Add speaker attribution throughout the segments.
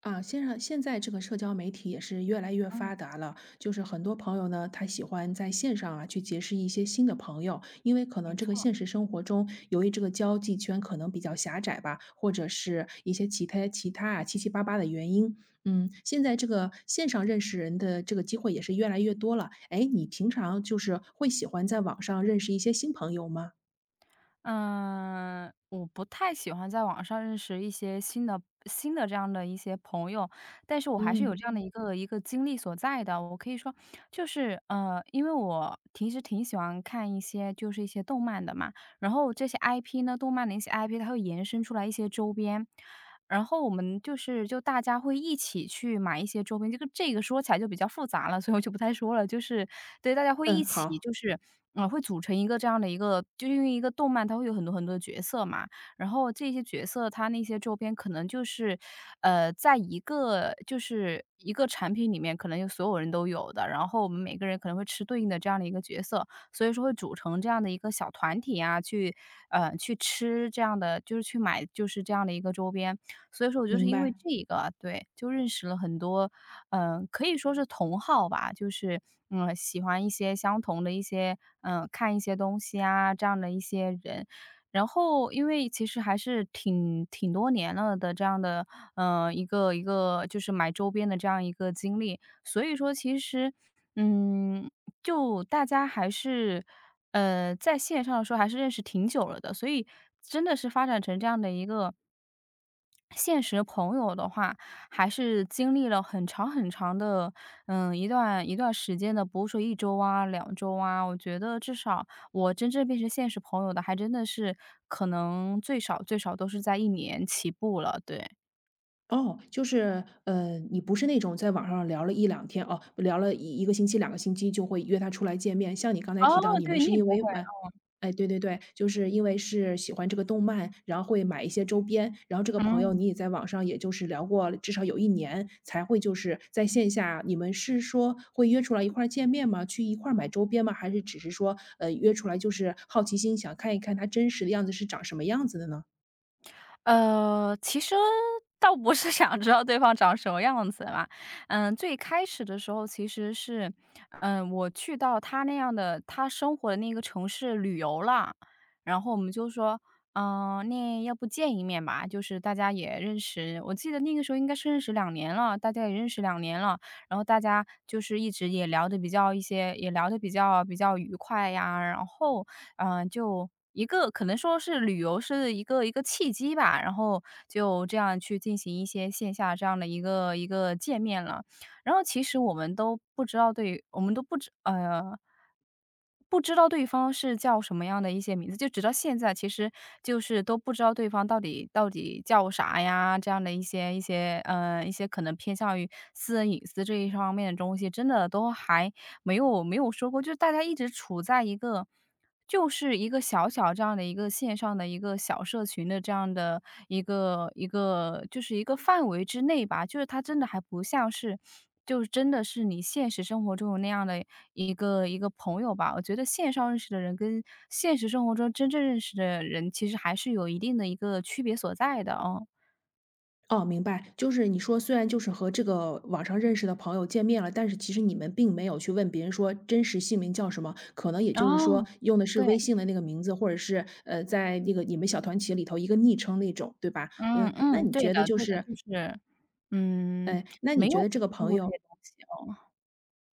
Speaker 1: 啊，线上现在这个社交媒体也是越来越
Speaker 2: 嗯，
Speaker 1: 发达了，就是很多朋友呢，他喜欢在线上啊去结识一些新的朋友，因为可
Speaker 2: 没
Speaker 1: 能这个
Speaker 2: 错。
Speaker 1: 现实生活中，由于这个交际圈可能比较狭窄吧，或者是一些其他啊七七八八的原因，嗯，现在这个线上认识人的这个机会也是越来越多了。哎，你平常就是会喜欢在网上认识一些新朋友吗？
Speaker 2: 嗯，我不太喜欢在网上认识一些新的这样的一些朋友，但是我还是有这
Speaker 1: 嗯
Speaker 2: 样的一个经历所在的。我可以说因为我平时挺喜欢看一些就是一些动漫的嘛，然后这些 IP 呢，动漫的一些 IP,它会延伸出来一些周边。然后我们就是就大家会一起去买一些周边，这个说起来就比较复杂了，所以我就不太说了。就是对，大家会一
Speaker 1: 嗯，
Speaker 2: 起
Speaker 1: 好，
Speaker 2: 就是，嗯，会组成一个这样的一个就因为一个动漫它会有很多的角色嘛，然后这些角色它那些周边可能就是，在一个就是一个产品里面可能有所有人都有的，然后我们每个人可能会吃对应的这样的一个角色，所以说会组成这样的一个小团体啊，去，去吃这样的，就是去买就是这样的一个周边。所以说我就是
Speaker 1: 明
Speaker 2: 因为
Speaker 1: 白。
Speaker 2: 这个啊，对，就认识了很多，嗯、可以说是同好吧，就是嗯，喜欢一些相同的一些，嗯、看一些东西啊这样的一些人。然后，因为其实还是挺多年了的这样的，嗯、一个就是买周边的这样一个经历，所以说其实，嗯，就大家还是，在线上说还是认识挺久了的，所以真的是发展成这样的一个现实朋友的话，还是经历了很长的，嗯，一段时间的，不是说一周啊、两周啊，我觉得至少我真正变成现实朋友的，还真的是可能最少都是在一年起步了，对。
Speaker 1: 哦，就是，你不是那种在网上聊了一两天哦，聊了一个星期、两个星期就会约他出来见面。像你刚才
Speaker 2: 哦，
Speaker 1: 提到你
Speaker 2: 对，
Speaker 1: 们
Speaker 2: 你
Speaker 1: 是
Speaker 2: 也
Speaker 1: 因
Speaker 2: 不
Speaker 1: 为
Speaker 2: 会，
Speaker 1: 买哎，对对对，就是因为是喜欢这个动漫，然后会买一些周边，然后这个朋友
Speaker 2: 嗯。
Speaker 1: 你也在网上也就是聊过至少有一年，才会就是在线下你们是说会约出来一块儿见面吗？去一块儿买周边吗？还是只是说，约出来就是好奇心想看一看他真实的样子是长什么样子的呢？
Speaker 2: 其实倒不是想知道对方长什么样子嘛。嗯，最开始的时候其实是，嗯，我去到他生活的那个城市旅游了，然后我们就说，嗯，那要不见一面吧，就是大家也认识，我记得那个时候应该是认识两年了，大家也认识两年了，然后大家就是一直也聊的比较一些也聊的比较愉快呀，然后嗯，就一个可能说是旅游是一个契机吧，然后就这样去进行一些线下这样的一个见面了。然后其实我们都不知道对我们都不知呃，不知道对方是叫什么样的一些名字，就直到现在，其实就是都不知道对方到底叫啥呀，这样的一些一些，嗯一些可能偏向于私人隐私这一方面的东西，真的都还没有说过，就是大家一直处在一个就是一个小小这样的一个线上的一个小社群的这样的一个就是一个范围之内吧，就是它真的还不像是就是真的是你现实生活中有那样的一个朋友吧。我觉得线上认识的人跟现实生活中真正认识的人，其实还是有一定的一个区别所在的，哦。
Speaker 1: 哦，明白，就是你说虽然就是和这个网上认识的朋友见面了，但是其实你们并没有去问别人说真实姓名叫什么，可能也就是
Speaker 2: 哦，
Speaker 1: 说用的是
Speaker 2: 对。
Speaker 1: 微信的那个名字，或者是在那个你们小团体里头一个昵称那种，对吧？
Speaker 2: 嗯
Speaker 1: 嗯，那
Speaker 2: 嗯，
Speaker 1: 你
Speaker 2: 对
Speaker 1: 觉得
Speaker 2: 的
Speaker 1: 就
Speaker 2: 对的，
Speaker 1: 是，
Speaker 2: 就是，嗯，
Speaker 1: 呃，那你
Speaker 2: 没
Speaker 1: 觉
Speaker 2: 有
Speaker 1: 得这个
Speaker 2: 用
Speaker 1: 朋
Speaker 2: 过这
Speaker 1: 友
Speaker 2: 些东西哦，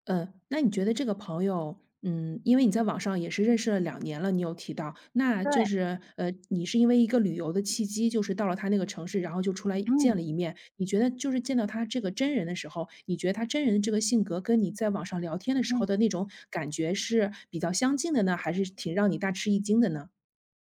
Speaker 1: 那你觉得这个朋友，嗯，因为你在网上也是认识了两年了，你有提到，那就
Speaker 2: 对，
Speaker 1: 是，你是因为一个旅游的契机，就是到了他那个城市，然后就出来见
Speaker 2: 嗯
Speaker 1: 了一面。你觉得就是见到他这个真人的时候，你觉得他真人的这个性格跟你在网上聊天的时候
Speaker 2: 嗯。
Speaker 1: 的那种感觉是比较相近的呢，还是挺让你大吃一惊的呢？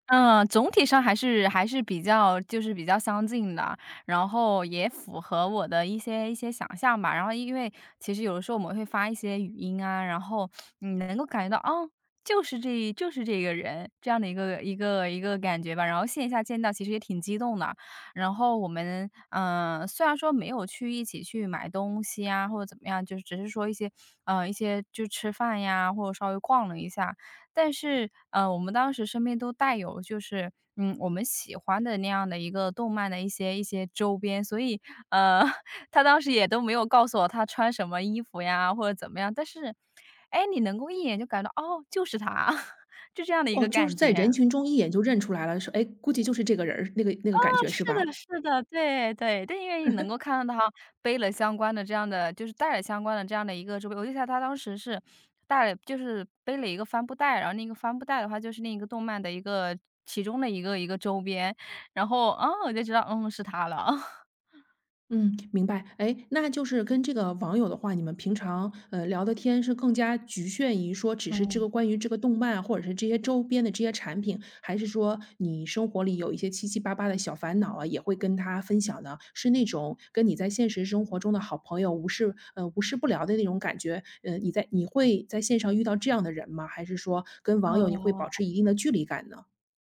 Speaker 2: 嗯，总体上还是比较比较相近的，然后也符合我的一些一些想象吧。然后因为其实有的时候我们会发一些语音啊，然后你能够感觉到，哦，就是这个人这样的一个感觉吧。然后线下见到其实也挺激动的。然后我们嗯、呃虽然说没有去一起去买东西啊，或者怎么样，就是只是说一些呃一些就吃饭呀，或者稍微逛了一下，但是，呃，我们当时身边都带有就是，嗯，我们喜欢的那样的一个动漫的一些一些周边，所以，呃，他当时也都没有告诉我他穿什么衣服呀，或者怎么样，但是，哎，你能够一眼就感到，哦，就是他，就这样的一
Speaker 1: 哦，
Speaker 2: 个
Speaker 1: 就是
Speaker 2: 感
Speaker 1: 在
Speaker 2: 觉。
Speaker 1: 人群中一眼就认出来了，说，哎，估计就是这个人儿，那个感觉是
Speaker 2: 是的
Speaker 1: 吧？
Speaker 2: 是的，对对，但因为你能够看到他背了相关的这样的，就是带了相关的这样的一个周边，我就得他当时是带了就是背了一个帆布袋，然后那个帆布袋的话就是那个动漫的一个其中的一个周边，然后，啊，我就知道，嗯，是他了。
Speaker 1: 嗯，明白。哎，那就是跟这个网友的话，你们平常聊的天是更加局限于说，只是这
Speaker 2: 嗯，
Speaker 1: 个关于这个动漫或者是这些周边的这些产品，还是说你生活里有一些七七八八的小烦恼啊，也会跟他分享呢？是那种跟你在现实生活中的好朋友无事不聊的那种感觉？你会在线上遇到这样的人吗？还是说跟网友你会保
Speaker 2: 哦。
Speaker 1: 持一定的距离感呢？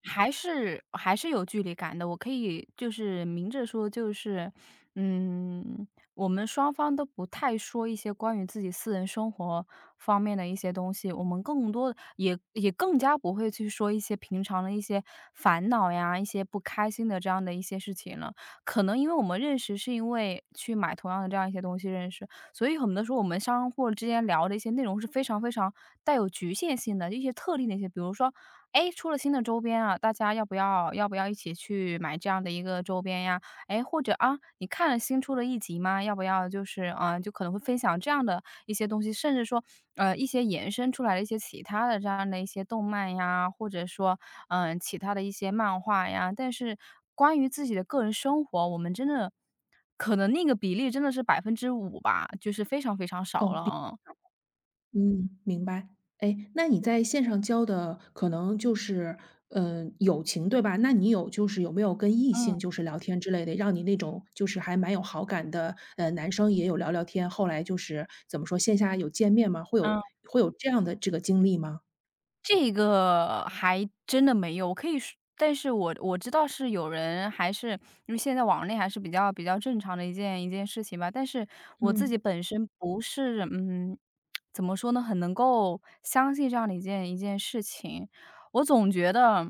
Speaker 2: 还是有距离感的，我可以就是明着说，就是，嗯，我们双方都不太说一些关于自己私人生活方面的一些东西，我们更多也更加不会去说一些平常的一些烦恼呀、一些不开心的这样的一些事情了。可能因为我们认识是因为去买同样的这样一些东西认识，所以很多时候我们相互之间聊的一些内容是非常带有局限性的一些特定的一些，比如说哎，出了新的周边啊，大家要不要一起去买这样的一个周边呀？哎，或者啊，你看了新出的一集吗？要不要就是啊，呃就可能会分享这样的一些东西，甚至说，呃，一些延伸出来的一些其他的这样的一些动漫呀，或者说，嗯、呃其他的一些漫画呀。但是关于自己的个人生活，我们真的可能那个比例真的是百分之五吧，就是非常非常少了
Speaker 1: 哦，
Speaker 2: 嗯
Speaker 1: 嗯，明白。哎，那你在线上交的可能就是，嗯，友情，对吧？那你有就是有没有跟异
Speaker 2: 嗯。
Speaker 1: 性就是聊天之类的，让你那种就是还蛮有好感的，男生也有聊聊天，后来就是怎么说，线下有见面吗？会有这样的这个经历吗？
Speaker 2: 这个还真的没有，我可以说但是我知道是有人还是因为现在网恋还是比较正常的一件事情吧。但是我自己
Speaker 1: 嗯，
Speaker 2: 本身不是，嗯，怎么说呢，很能够相信这样的一件事情。我总觉得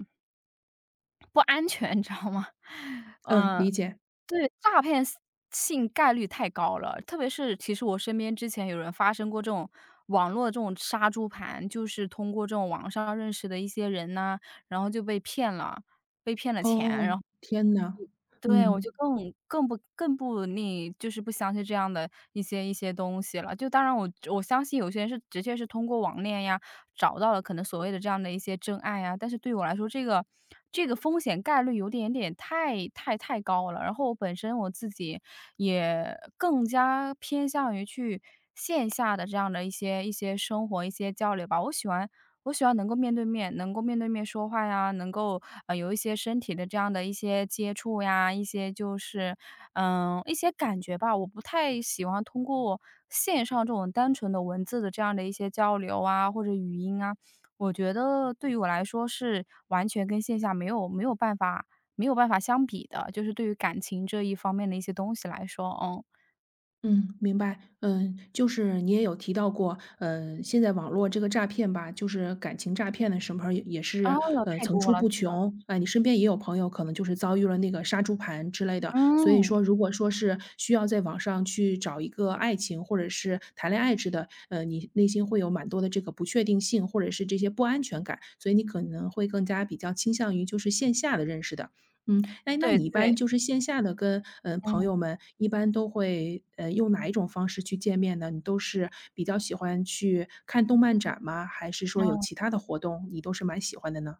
Speaker 2: 不安全，你知道吗？
Speaker 1: 嗯，
Speaker 2: 嗯、
Speaker 1: 理解。
Speaker 2: 对，诈骗性概率太高了，特别是其实我身边之前有人发生过这种网络这种杀猪盘，就是通过这种网上认识的一些人呐，然后就被骗了钱，
Speaker 1: 哦，
Speaker 2: 然后
Speaker 1: 天呐，
Speaker 2: 对，我
Speaker 1: 嗯。
Speaker 2: 就更不那就是不相信这样的一些一些东西了。就当然我相信有些人是直接是通过网恋呀，找到了可能所谓的这样的一些真爱呀，但是对我来说，这个这个风险概率有点太高了。然后我本身我自己也更加偏向于去线下的这样的一些一些生活、一些交流吧。我喜欢能够面对面，能够面对面说话呀，能够呃有一些身体的这样的一些接触呀，一些就是嗯一些感觉吧。我不太喜欢通过线上这种单纯的文字的这样的一些交流啊，或者语音啊，我觉得对于我来说是完全跟线下没有办法相比的，就是对于感情这一方面的一些东西来说，嗯，
Speaker 1: 嗯，明白。嗯，就是你也有提到过，现在网络这个诈骗吧，就是感情诈骗的什么也
Speaker 2: 啊，
Speaker 1: 是
Speaker 2: 太
Speaker 1: 层
Speaker 2: 多
Speaker 1: 出
Speaker 2: 了，
Speaker 1: 不穷。哎，你身边也有朋友可能就是遭遇了那个杀猪盘之类的，所以
Speaker 2: 嗯，
Speaker 1: 说如果说是需要在网上去找一个爱情或者是谈恋爱之的，你内心会有蛮多的这个不确定性或者是这些不安全感，所以你可能会更加比较倾向于就是线下的认识的。嗯，哎，那
Speaker 2: 对
Speaker 1: 你一
Speaker 2: 对，
Speaker 1: 般就是线下的跟，嗯朋
Speaker 2: 嗯
Speaker 1: 友们一般都会，用哪一种方式去见面呢？你都是比较喜欢去看动漫展吗？还是说有
Speaker 2: 嗯。
Speaker 1: 其他的活动，你都是蛮喜欢的呢？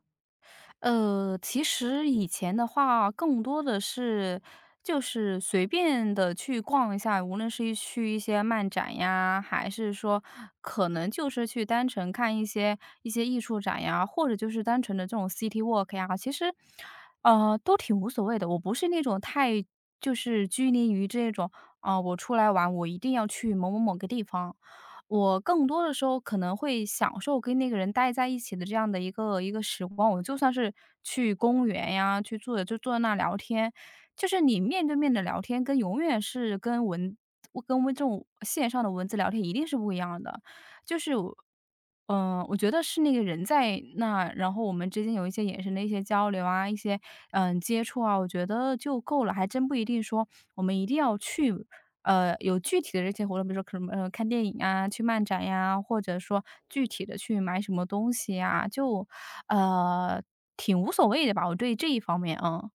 Speaker 2: 其实以前的话更多的是就是随便的去逛一下，无论是一去一些漫展呀，还是说可能就是去单纯看一些艺术展呀，或者就是单纯的这种 city walk 呀，其实，都挺无所谓的。我不是那种太就是拘泥于这种，我出来玩，我一定要去某某某个地方。我更多的时候可能会享受跟那个人待在一起的这样的一个时光。我就算是去公园呀，去坐着就坐在那聊天，就是你面对面的聊天，跟永远是跟文跟文这种线上的文字聊天一定是不一样的。就是我，我觉得是那个人在那，然后我们之间有一些眼神的一些交流啊，一些接触啊，我觉得就够了，还真不一定说我们一定要去有具体的这些活动，比如说可能看电影啊，去漫展呀，或者说具体的去买什么东西呀，就呃，挺无所谓的吧，我对这一方面，嗯。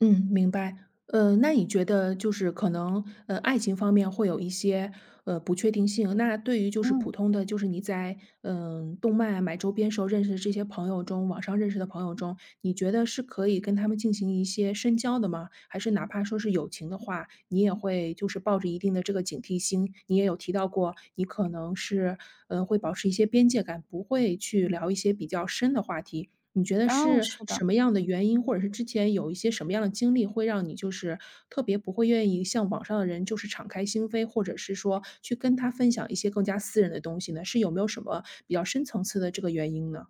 Speaker 1: 嗯，明白。那你觉得就是可能，爱情方面会有一些不确定性。那对于就是普
Speaker 2: 嗯。
Speaker 1: 通的，就是你在动漫啊买周边时候认识的这些朋友中，网上认识的朋友中，你觉得是可以跟他们进行一些深交的吗？还是哪怕说是友情的话，你也会就是抱着一定的这个警惕心？你也有提到过，你可能是会保持一些边界感，不会去聊一些比较深的话题。你觉得
Speaker 2: 哦，
Speaker 1: 是
Speaker 2: 是的。
Speaker 1: 什么样的原因，或者是之前有一些什么样的经历，会让你就是特别不会愿意像网上的人就是敞开心扉，或者是说去跟他分享一些更加私人的东西呢？是有没有什么比较深层次的这个原因呢？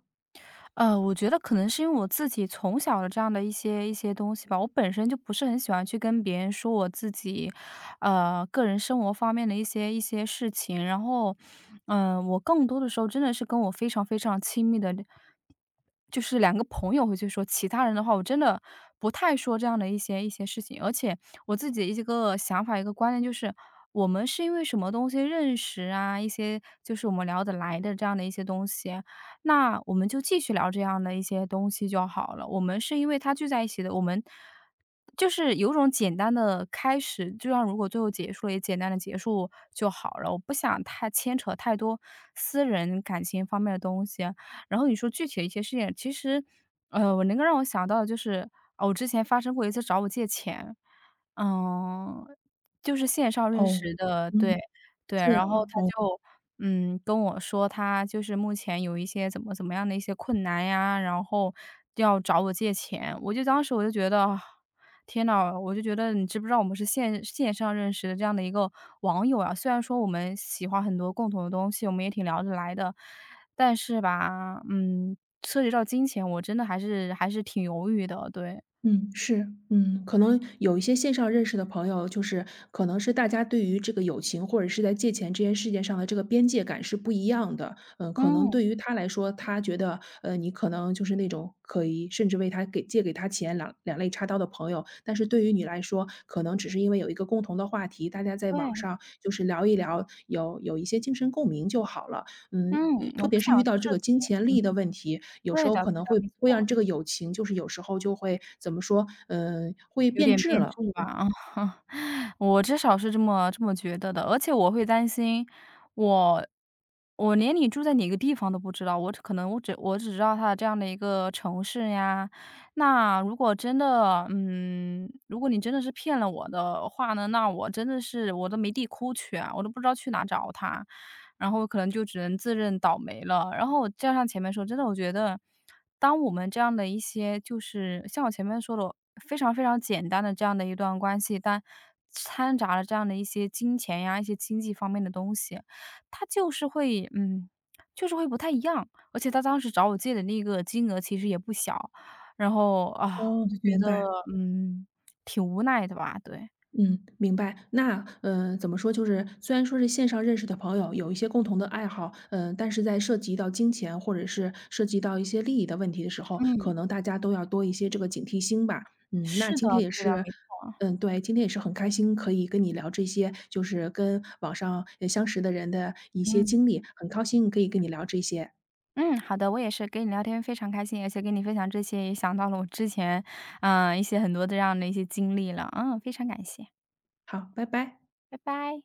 Speaker 2: 我觉得可能是因为我自己从小的这样的一些东西吧，我本身就不是很喜欢去跟别人说我自己，个人生活方面的一些事情，然后，嗯，我更多的时候真的是跟我非常非常亲密的就是两个朋友会去说，其他人的话，我真的不太说这样的一些事情。而且我自己的一个想法、一个观念就是，我们是因为什么东西认识啊，一些就是我们聊得来的这样的一些东西，那我们就继续聊这样的一些东西就好了。我们是因为他聚在一起的，我们就是有种简单的开始，就像如果最后结束了，也简单的结束就好了。我不想太牵扯太多私人感情方面的东西。然后你说具体的一些事情，其实，我能够让我想到的就是，哦，我之前发生过一次找我借钱，嗯，就是线上认
Speaker 1: 哦，
Speaker 2: 识的，
Speaker 1: 嗯，
Speaker 2: 对，对，
Speaker 1: 这
Speaker 2: 然
Speaker 1: 样
Speaker 2: 后
Speaker 1: 啊，
Speaker 2: 他
Speaker 1: 哦。
Speaker 2: 就，嗯，跟我说他就是目前有一些怎么怎么样的一些困难呀，然后要找我借钱，我就当时我就觉得天呐，我就觉得你知不知道我们是线线上认识的这样的一个网友啊，虽然说我们喜欢很多共同的东西，我们也挺聊得来的，但是吧，嗯，涉及到金钱，我真的还是挺犹豫的，对。
Speaker 1: 嗯，是，嗯，可能有一些线上认识的朋友，就是可能是大家对于这个友情或者是在借钱这件事情上的这个边界感是不一样的。嗯，可能
Speaker 2: 嗯，
Speaker 1: 对于他来说，他觉得，你可能就是那种可以甚至为他借给他钱两肋插刀的朋友，但是对于你来说，可能只是因为有一个共同的话题，大家在
Speaker 2: 对，
Speaker 1: 网上就是聊一聊，有一些精神共鸣就好了。
Speaker 2: 嗯，
Speaker 1: 嗯，特
Speaker 2: 我不
Speaker 1: 别是
Speaker 2: 想
Speaker 1: 遇到这
Speaker 2: 涉
Speaker 1: 个
Speaker 2: 及，
Speaker 1: 金钱利
Speaker 2: 嗯，
Speaker 1: 益的问题，有时
Speaker 2: 对
Speaker 1: 候
Speaker 2: 的对
Speaker 1: 可能
Speaker 2: 的，
Speaker 1: 会
Speaker 2: 没
Speaker 1: 会让
Speaker 2: 错。
Speaker 1: 这个友情，就是有时候就会怎么说，嗯，会
Speaker 2: 有
Speaker 1: 变
Speaker 2: 点
Speaker 1: 质
Speaker 2: 变质
Speaker 1: 了。
Speaker 2: 吧，我至少是这么觉得的。而且我会担心，我我连你住在哪个地方都不知道，我只可能我只知道他这样的一个城市呀。那如果真的，嗯，如果你真的是骗了我的话呢，那我真的是我都没地哭去啊，我都不知道去哪找他。然后可能就只能自认倒霉了。然后加上前面说，真的我觉得，当我们这样的一些就是像我前面说的，非常非常简单的这样的一段关系，但掺杂了这样的一些金钱呀、一些经济方面的东西，它就是会嗯，就是会不太一样。而且他当时找我借的那个金额其实也不小，然后啊，我
Speaker 1: 哦，
Speaker 2: 就觉
Speaker 1: 明
Speaker 2: 得
Speaker 1: 白。
Speaker 2: 嗯，挺无奈的吧，对。
Speaker 1: 嗯，明白。那，怎么说，就是虽然说是线上认识的朋友，有一些共同的爱好，嗯，但是在涉及到金钱或者是涉及到一些利益的问题的时候，
Speaker 2: 嗯，
Speaker 1: 可能大家都要多一些这个警惕心吧。嗯，那
Speaker 2: 是的，
Speaker 1: 今天也
Speaker 2: 对的，
Speaker 1: 是
Speaker 2: 没错，
Speaker 1: 嗯，对，今天也是很开心可以跟你聊这些，就是跟网上，相识的人的一些
Speaker 2: 嗯。
Speaker 1: 经历，很高兴可以跟你聊这些。
Speaker 2: 嗯，好的，我也是跟你聊天非常开心，而且跟你分享这些也想到了我之前，一些很多的这样的一些经历了，嗯，非常感谢，
Speaker 1: 好，拜拜。
Speaker 2: 拜拜。